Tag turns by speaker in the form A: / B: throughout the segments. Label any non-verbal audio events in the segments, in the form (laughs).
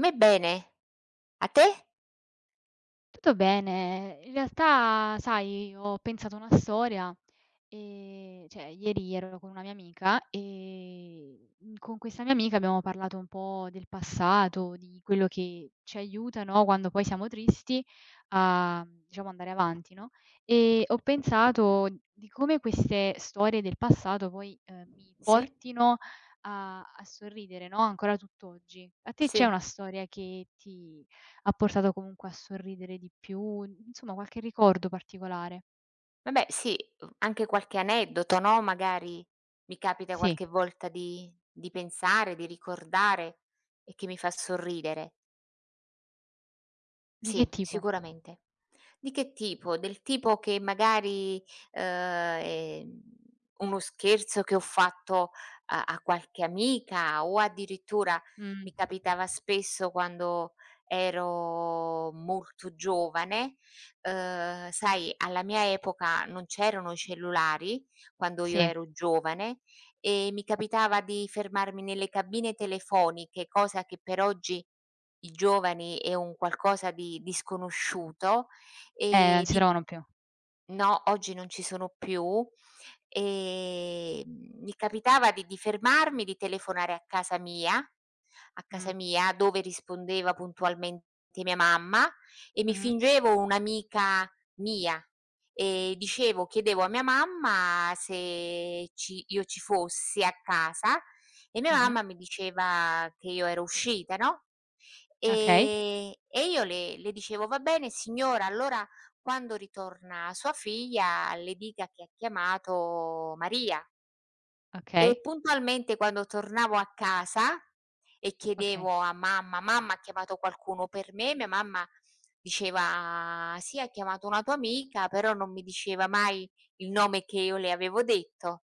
A: Me bene, a te?
B: Tutto bene. In realtà, sai, ho pensato una storia, cioè ieri ero con una mia amica, con questa mia amica abbiamo parlato un po' del passato, di quello che ci aiuta, no, quando poi siamo tristi a, diciamo, andare avanti, no. Ho pensato di come queste storie del passato poi, mi
A: Sì,
B: portino a sorridere, no, ancora tutt'oggi. A te c'è una
A: sì.
B: storia che ti ha portato comunque a sorridere di più, insomma qualche ricordo particolare.
A: Vabbè sì, anche qualche aneddoto, no, magari mi capita
B: Sì.
A: qualche volta di pensare, di ricordare e che mi fa sorridere.
B: Di che
A: Sì,
B: tipo?
A: sicuramente. Di che tipo? Del tipo che magari, uhm, ehm, uno scherzo che ho fatto a qualche amica o addirittura
B: Mh.
A: mi capitava spesso quando ero molto giovane. Sai, alla mia epoca non c'erano i cellulari, quando io
B: Sì.
A: ero giovane, e mi capitava di fermarmi nelle cabine telefoniche, cosa che per oggi i giovani è un qualcosa di sconosciuto,
B: Non
A: e
B: si
A: di...
B: trovano più.
A: No, oggi non ci sono più. Ehm, Mi capitava di fermarmi, di telefonare a casa mia, a
B: Mh.
A: casa mia, dove rispondeva puntualmente mia mamma, e mi
B: Mh-mh.
A: fingevo un'amica mia. E dicevo chiedevo a mia mamma se ci io ci fossi a casa, e mia
B: Mh-mh.
A: mamma mi diceva che io ero uscita, no.
B: Okay,
A: E io le dicevo: "Va bene signora, allora quando ritorna sua figlia le dica che ha chiamato Maria". E
B: okay,
A: puntualmente quando tornavo a casa e
B: okay.
A: chiedevo a mamma: "Mamma, ha chiamato qualcuno per me?" Mia mamma diceva: "Sì, ha chiamato una tua amica", però non mi diceva mai il nome che io le avevo detto,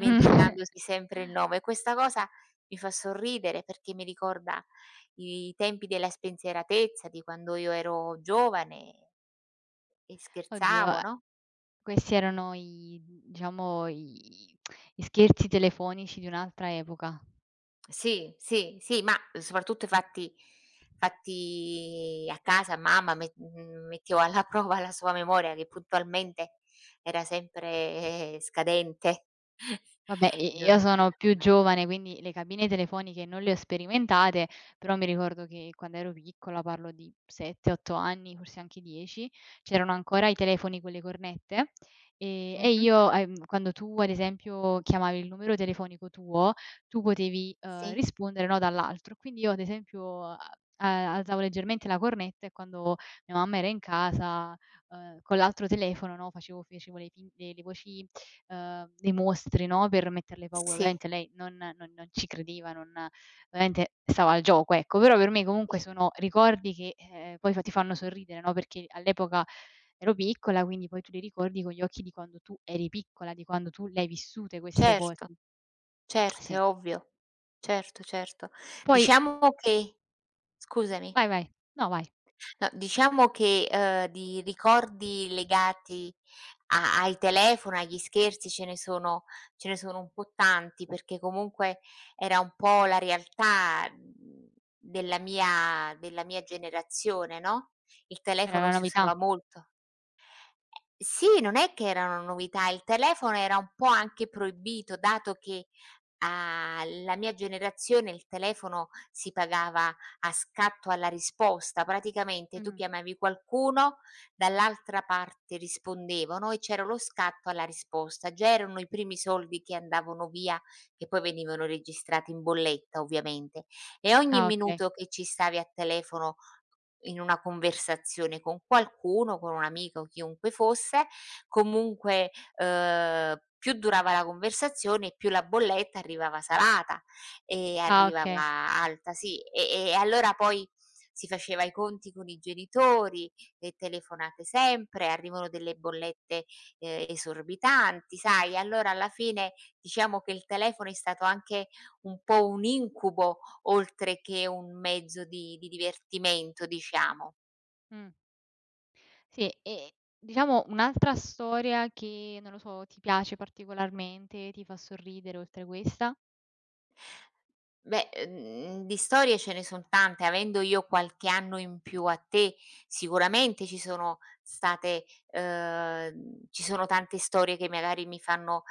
B: (laughs)
A: sempre il nome. Questa cosa mi fa sorridere perché mi ricorda i tempi della spensieratezza, di quando io ero giovane e
B: Oddio,
A: scherzavo, no?
B: questi erano i diciamo i i scherzi telefonici di un'altra epoca.
A: Sì, sì, sì, ma soprattutto fatti a casa, mamma metteva alla (laughs) prova la sua memoria che puntualmente era sempre scadente (laughs)
B: Vabbè,
A: e
B: i
A: non
B: io sono
A: ricordava
B: più
A: mai.
B: giovane, quindi le cabine telefoniche non le ho sperimentate, però mi ricordo che quando ero piccola, parlo di 7, 8 anni, forse anche 10, c'erano ancora i telefoni con le cornette, e
A: Mh-mh.
B: io, quando tu ad esempio chiamavi il numero telefonico tuo, tu potevi,
A: Sì,
B: rispondere, no, dall'altro. Quindi io ad esempio a alzavo leggermente la cornetta e quando mia mamma era in casa, con l'altro telefono, no, facevo facevo le fin le voci dei mostri, no, per metterle paura.
A: sì,
B: Ovviamente lei non ci credeva, non ovviamente stava al gioco, ecco. Però per me comunque
A: sì,
B: sono ricordi che, poi fa ti fanno sorridere, no, perché all'epoca ero piccola, quindi poi tu li ricordi con gli occhi di quando tu eri piccola, di quando tu le hai vissute queste cose.
A: certo, certo,
B: Sì.
A: è ovvio. Certo, certo.
B: Poi
A: Diciamo che... scusami.
B: vai, vai. No, vai.
A: No, diciamo che, di ricordi legati a ai telefono, agli scherzi ce ne sono un po' tanti, perché comunque era un po' la realtà, della mia generazione, no, il
B: Era
A: telefono
B: la
A: si
B: novità.
A: usava molto. Sì, non è che erano novità, il telefono era un po' anche proibito, dato che alla mia generazione il telefono si pagava a scatto alla risposta. Praticamente tu
B: Mh.
A: chiamavi qualcuno, dall'altra parte rispondevano e c'era lo scatto alla risposta. Già erano i primi soldi che andavano via, che poi venivano registrati in bolletta ovviamente, e ogni
B: Ah, okay.
A: minuto che ci stavi a telefono in una conversazione con qualcuno, con un amico, chiunque fosse, comunque, più durava la conversazione e più la bolletta arrivava salata e
B: Ah, okay.
A: arrivava alta, sì. E allora poi si faceva i conti con i genitori, le telefonate sempre, arrivano delle bollette, esorbitanti. Sai, allora alla fine diciamo che il telefono è stato anche un po' un incubo, oltre che un mezzo di divertimento, diciamo.
B: Mh. Sì, e diciamo un'altra storia che, non lo so, ti piace particolarmente, ti fa sorridere oltre questa?
A: Beh, di storie ce ne son tante. Avendo io qualche anno in più a te, sicuramente ci sono state... ci sono tante storie che magari mi fanno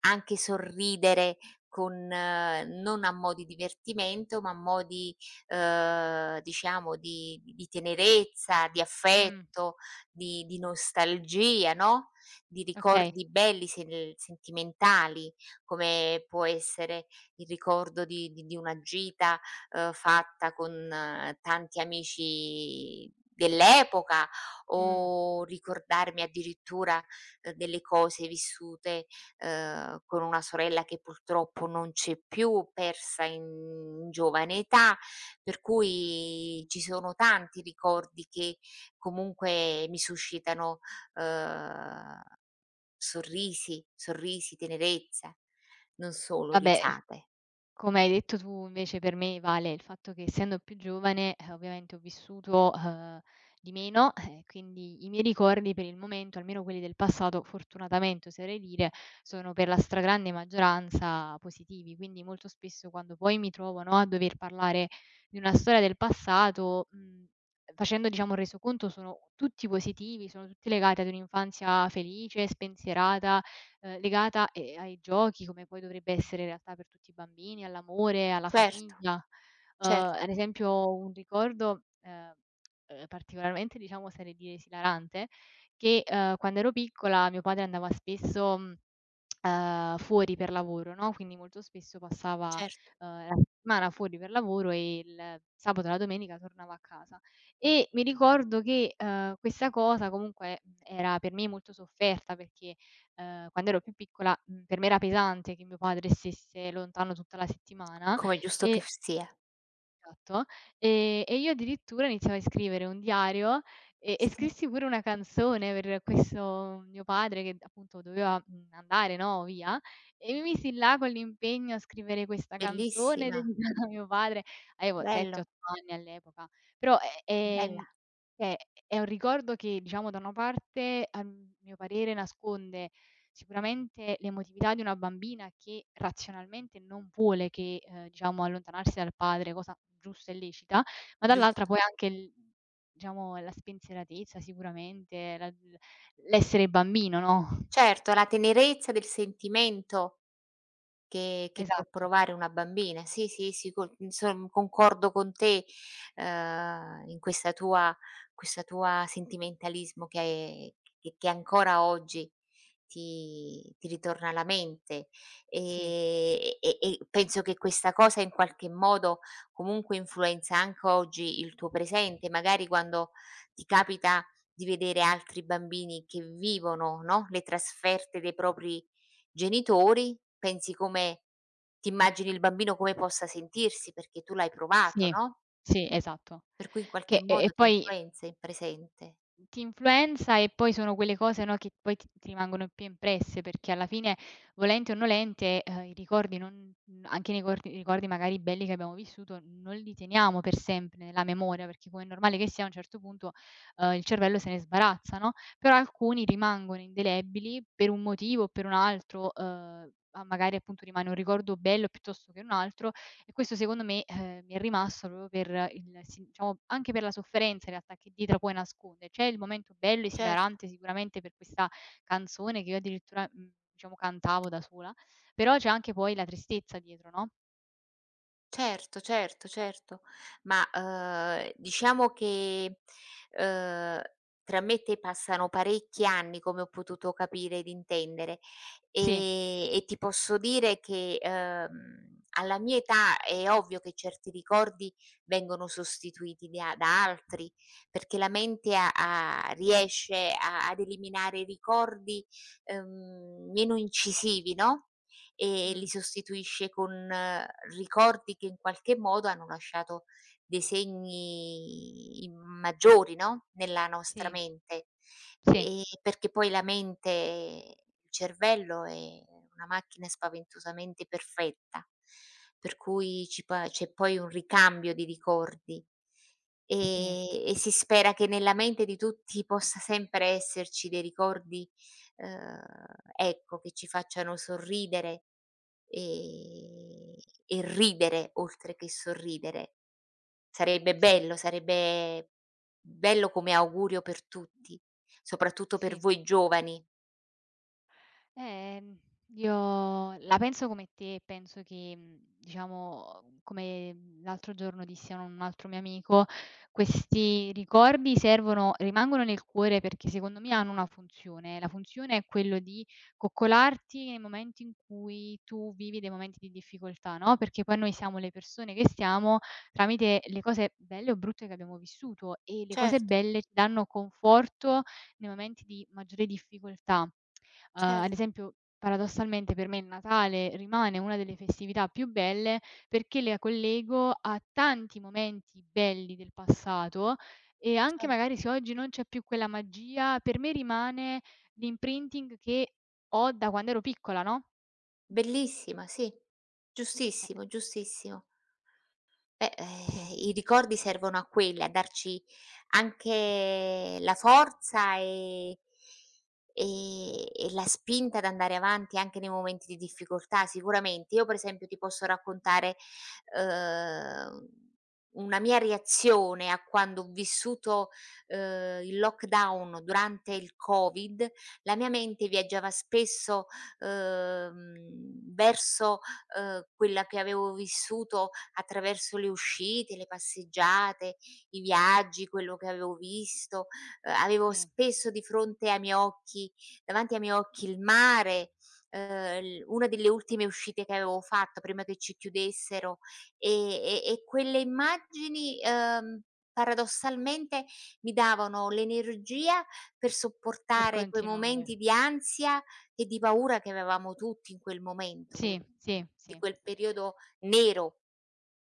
A: anche sorridere con non a mo' di divertimento, ma a mo' di diciamo di tenerezza, di
B: Mh,
A: affetto, di nostalgia, no, di
B: okay.
A: ricordi belli sentimentali, come può essere il ricordo di una gita, fatta con tanti amici dell'epoca,
B: Mh,
A: o ricordarmi addirittura, delle cose vissute, con una sorella che purtroppo non c'è più, persa in giovane età, per cui ci sono tanti ricordi che comunque mi suscitano, uhm, sorrisi, sorrisi, tenerezza, non solo
B: vabbè.
A: risate.
B: Come hai detto tu invece per me vale il fatto che essendo più giovane, ovviamente ho vissuto, di meno, quindi i miei ricordi per il momento, almeno quelli del passato, fortunatamente oserei dire, sono per la stragrande maggioranza positivi. Quindi molto spesso quando poi mi trovo, no, a dover parlare di una storia del passato, facendo diciamo un resoconto sono tutti positivi, sono tutti legati ad un'infanzia felice, spensierata, legata, ai giochi, come poi dovrebbe essere in realtà per tutti i bambini, all'amore, alla
A: Certo,
B: famiglia.
A: certo,
B: Ad esempio un ricordo, particolarmente diciamo oserei dire esilarante, che, quando ero piccola mio padre andava spesso, fuori per lavoro, no, quindi molto spesso passava,
A: certo,
B: la settimana fuori per lavoro e il sabato e la domenica tornava a casa. E mi ricordo che, questa cosa comunque, era per me molto sofferta perché quando ero più piccola, per me era pesante che mio padre stesse lontano tutta la settimana
A: come è giusto che
B: e
A: f sia.
B: esatto, e io addirittura iniziai a scrivere un diario e
A: Sì,
B: scrissi pure una canzone per questo mio padre che appunto doveva, andare, no, via, e mi misi là con l'impegno a scrivere questa canzone (laughs)
A: bellissima,
B: dedicata a mio padre. Avevo 7,
A: bello,
B: 8 anni all'epoca, però, e ehm,
A: bella,
B: è è un ricordo che diciamo da una parte, a mio parere, nasconde sicuramente l'emotività di una bambina che razionalmente non vuole che, diciamo allontanarsi dal padre, cosa giusta e lecita, ma dall'altra
A: giusto.
B: poi anche il diciamo la spensieratezza sicuramente, la l l'essere bambino, no.
A: Certo, la tenerezza del sentimento, che può
B: Esatto,
A: provare una bambina. Sì, sì, sì, con insom concordo con te, in questa tua sentimentalismo che ancora oggi ti ritorna alla mente.
B: sì,
A: E penso che questa cosa in qualche modo comunque influenza anche oggi il tuo presente, magari quando ti capita di vedere altri bambini che vivono, no, le trasferte dei propri genitori, pensi come... ti immagini il bambino come possa sentirsi, perché tu l'hai provato,
B: sì,
A: no,
B: sì, esatto.
A: per cui in qualche
B: Che e
A: modo ti
B: poi
A: influenza in presente.
B: Ti influenza e poi sono quelle cose, no, che poi ti rimangono più impresse, perché alla fine volenti o nolente, i ricordi non anche nei cordi ricordi magari belli che abbiamo vissuto, non li teniamo per sempre nella memoria, perché come è normale che sia a un certo punto, il cervello se ne sbarazza, no, però alcuni rimangono indelebili per un motivo o per un altro, ma magari appunto rimane un ricordo bello piuttosto che un altro, e questo secondo me, mi è rimasto proprio per il si diciamo, anche per la sofferenza in realtà che dietro poi nasconde. C'è il momento bello,
A: Cer
B: esilarante sicuramente per questa canzone che io addirittura, diciamo cantavo da sola, però c'è anche poi la tristezza dietro, no?
A: Certo, certo, certo. Ma, diciamo che, uhm, tra me e te passano parecchi anni, come ho potuto capire ed intendere.
B: Sì,
A: E ti posso dire che, alla mia età è ovvio che certi ricordi vengono sostituiti di a da altri, perché la mente ha ha riesce a ad eliminare ricordi, meno incisivi, no? E
B: mh,
A: li sostituisce con ricordi che in qualche modo hanno lasciato dei segni maggiori, no, nella nostra
B: sì,
A: mente.
B: sì,
A: Perché poi la mente il cervello è una macchina spaventosamente perfetta, per cui ci pa c'è poi un ricambio di ricordi,
B: sì,
A: e si spera che nella mente di tutti possa sempre esserci dei ricordi, ehm, ecco, che ci facciano sorridere, ehm, e ridere oltre che sorridere.
B: sì,
A: Sarebbe bello come augurio per tutti, soprattutto per
B: sì.
A: voi giovani.
B: Ehm, io la penso come te, penso che, diciamo, come l'altro giorno dissi a un altro mio amico, questi ricordi servono rimangono nel cuore perché secondo me hanno una funzione. La funzione è quello di coccolarti nei momenti in cui tu vivi dei momenti di difficoltà, no, perché poi noi siamo le persone che siamo tramite le cose belle o brutte che abbiamo vissuto e le cose
A: Certo,
B: belle ci danno conforto nei momenti di maggiore difficoltà. Ad
A: certo,
B: esempio, paradossalmente per me il Natale rimane una delle festività più belle perché la collego a tanti momenti belli del passato e anche
A: cer
B: magari se oggi non c'è più quella magia, per me rimane l'imprinting che ho da quando ero piccola, no,
A: bellissima, sì,
B: eh,
A: giustissimo, giustissimo. Beh,
B: sì,
A: i ricordi servono a quelli, a darci anche la forza, e la spinta ad andare avanti anche nei momenti di difficoltà, sicuramente. Io per esempio ti posso raccontare, uhm, una mia reazione a quando ho vissuto, il lockdown durante il Covid, la mia mente viaggiava spesso, uhm, verso, quella che avevo vissuto attraverso le uscite, le passeggiate, i viaggi, quello che avevo visto. Avevo
B: sì,
A: spesso di fronte ai miei occhi, davanti ai miei occhi, il mare, l una delle ultime uscite che avevo fatto prima che ci chiudessero, e e quelle immagini, paradossalmente mi davano l'energia per
B: per
A: sopportare quei
B: continuare.
A: momenti di ansia e di paura che avevamo tutti in quel momento,
B: Sì, sì,
A: di
B: sì.
A: quel periodo nero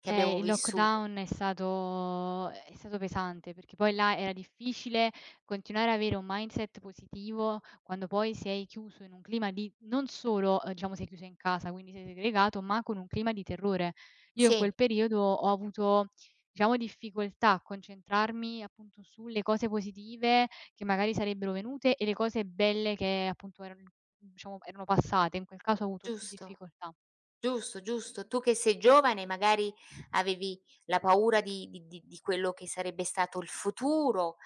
A: che abbiamo
B: Il
A: vissuto.
B: lockdown è stato pesante, perché poi là era difficile continuare ad avere un mindset positivo quando poi sei chiuso in un clima di non solo, diciamo sei chiuso in casa, quindi sei segregato, ma con un clima di terrore. Io in
A: Sì,
B: quel periodo ho avuto, diciamo, difficoltà a concentrarmi appunto sulle cose positive che magari sarebbero venute e le cose belle che appunto eran diciamo erano passate. In quel caso ho avuto più
A: giusto.
B: difficoltà.
A: Giusto, giusto. Tu che sei giovane magari avevi la paura di quello che sarebbe stato il futuro,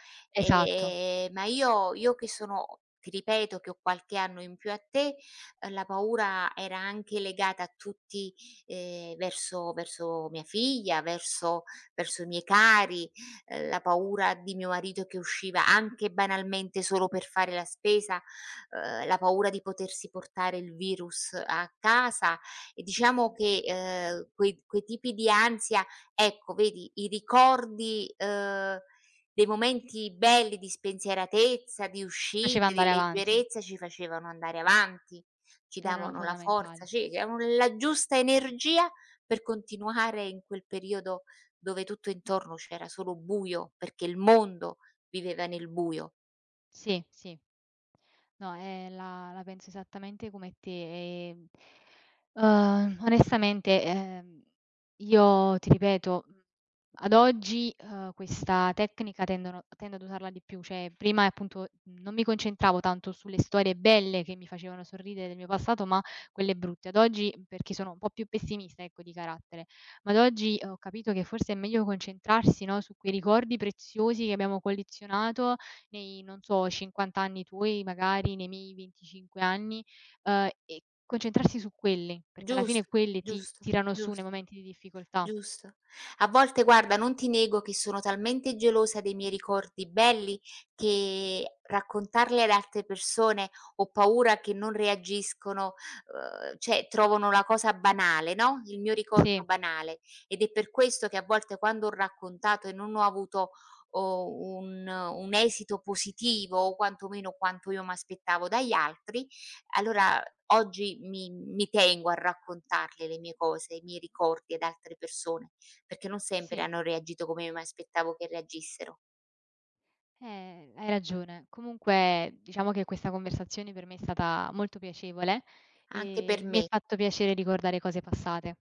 B: Esatto,
A: ma io che sono... ti ripeto che ho qualche anno in più a te, la paura era anche legata a tutti, verso mia figlia, verso i miei cari, la paura di mio marito che usciva anche banalmente solo per fare la spesa, la paura di potersi portare il virus a casa. E diciamo che, quei tipi di ansia... ecco vedi, i ricordi, dei momenti belli di spensieratezza, di
B: faceva
A: uscite, di
B: andare avanti.
A: leggerezza ci facevano andare avanti, ci
B: Erano
A: davano la
B: fondamentali.
A: forza, ci davano la giusta energia per continuare in quel periodo dove tutto intorno c'era solo buio, perché il mondo viveva nel buio.
B: Sì, sì. No, la penso esattamente come te, onestamente, io ti ripeto, ad oggi, questa tecnica tendo ad usarla di più, cioè prima appunto non mi concentravo tanto sulle storie belle che mi facevano sorridere del mio passato, ma quelle brutte. Ad oggi perché sono un po' più pessimista, ecco, di carattere, ma ad oggi ho capito che forse è meglio concentrarsi, no, su quei ricordi preziosi che abbiamo collezionato nei, non so, 50 anni tuoi, magari nei miei 25 anni, e concentrarsi su quelli, perché alla fine
A: Giusto,
B: quelli ti
A: giusto,
B: tirano su nei
A: giusto.
B: momenti di difficoltà.
A: Giusto. A volte guarda, non ti nego che sono talmente gelosa dei miei ricordi belli che raccontarli ad altre persone... ho paura che non reagiscono, cioè trovano la cosa banale, no, il mio
B: Sì,
A: ricordo banale. Ed è per questo che a volte, quando ho raccontato e non ho avuto o un esito positivo o quantomeno quanto io m'aspettavo dagli altri, allora oggi mi tengo a raccontarle le mie cose, i miei ricordi ad altre persone, perché non sempre
B: sì,
A: hanno reagito come mi aspettavo che reagissero.
B: hai ragione. Comunque diciamo che questa conversazione per me è stata molto piacevole
A: Anche
B: e
A: per
B: mi è
A: me,
B: fatto piacere ricordare cose passate.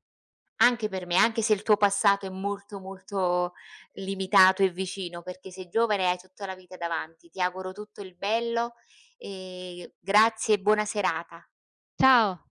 A: anche per me, anche se il tuo passato è molto, molto limitato e vicino, perché sei giovane e hai tutta la vita davanti. Ti auguro tutto il bello, e grazie e buona serata.
B: Ciao.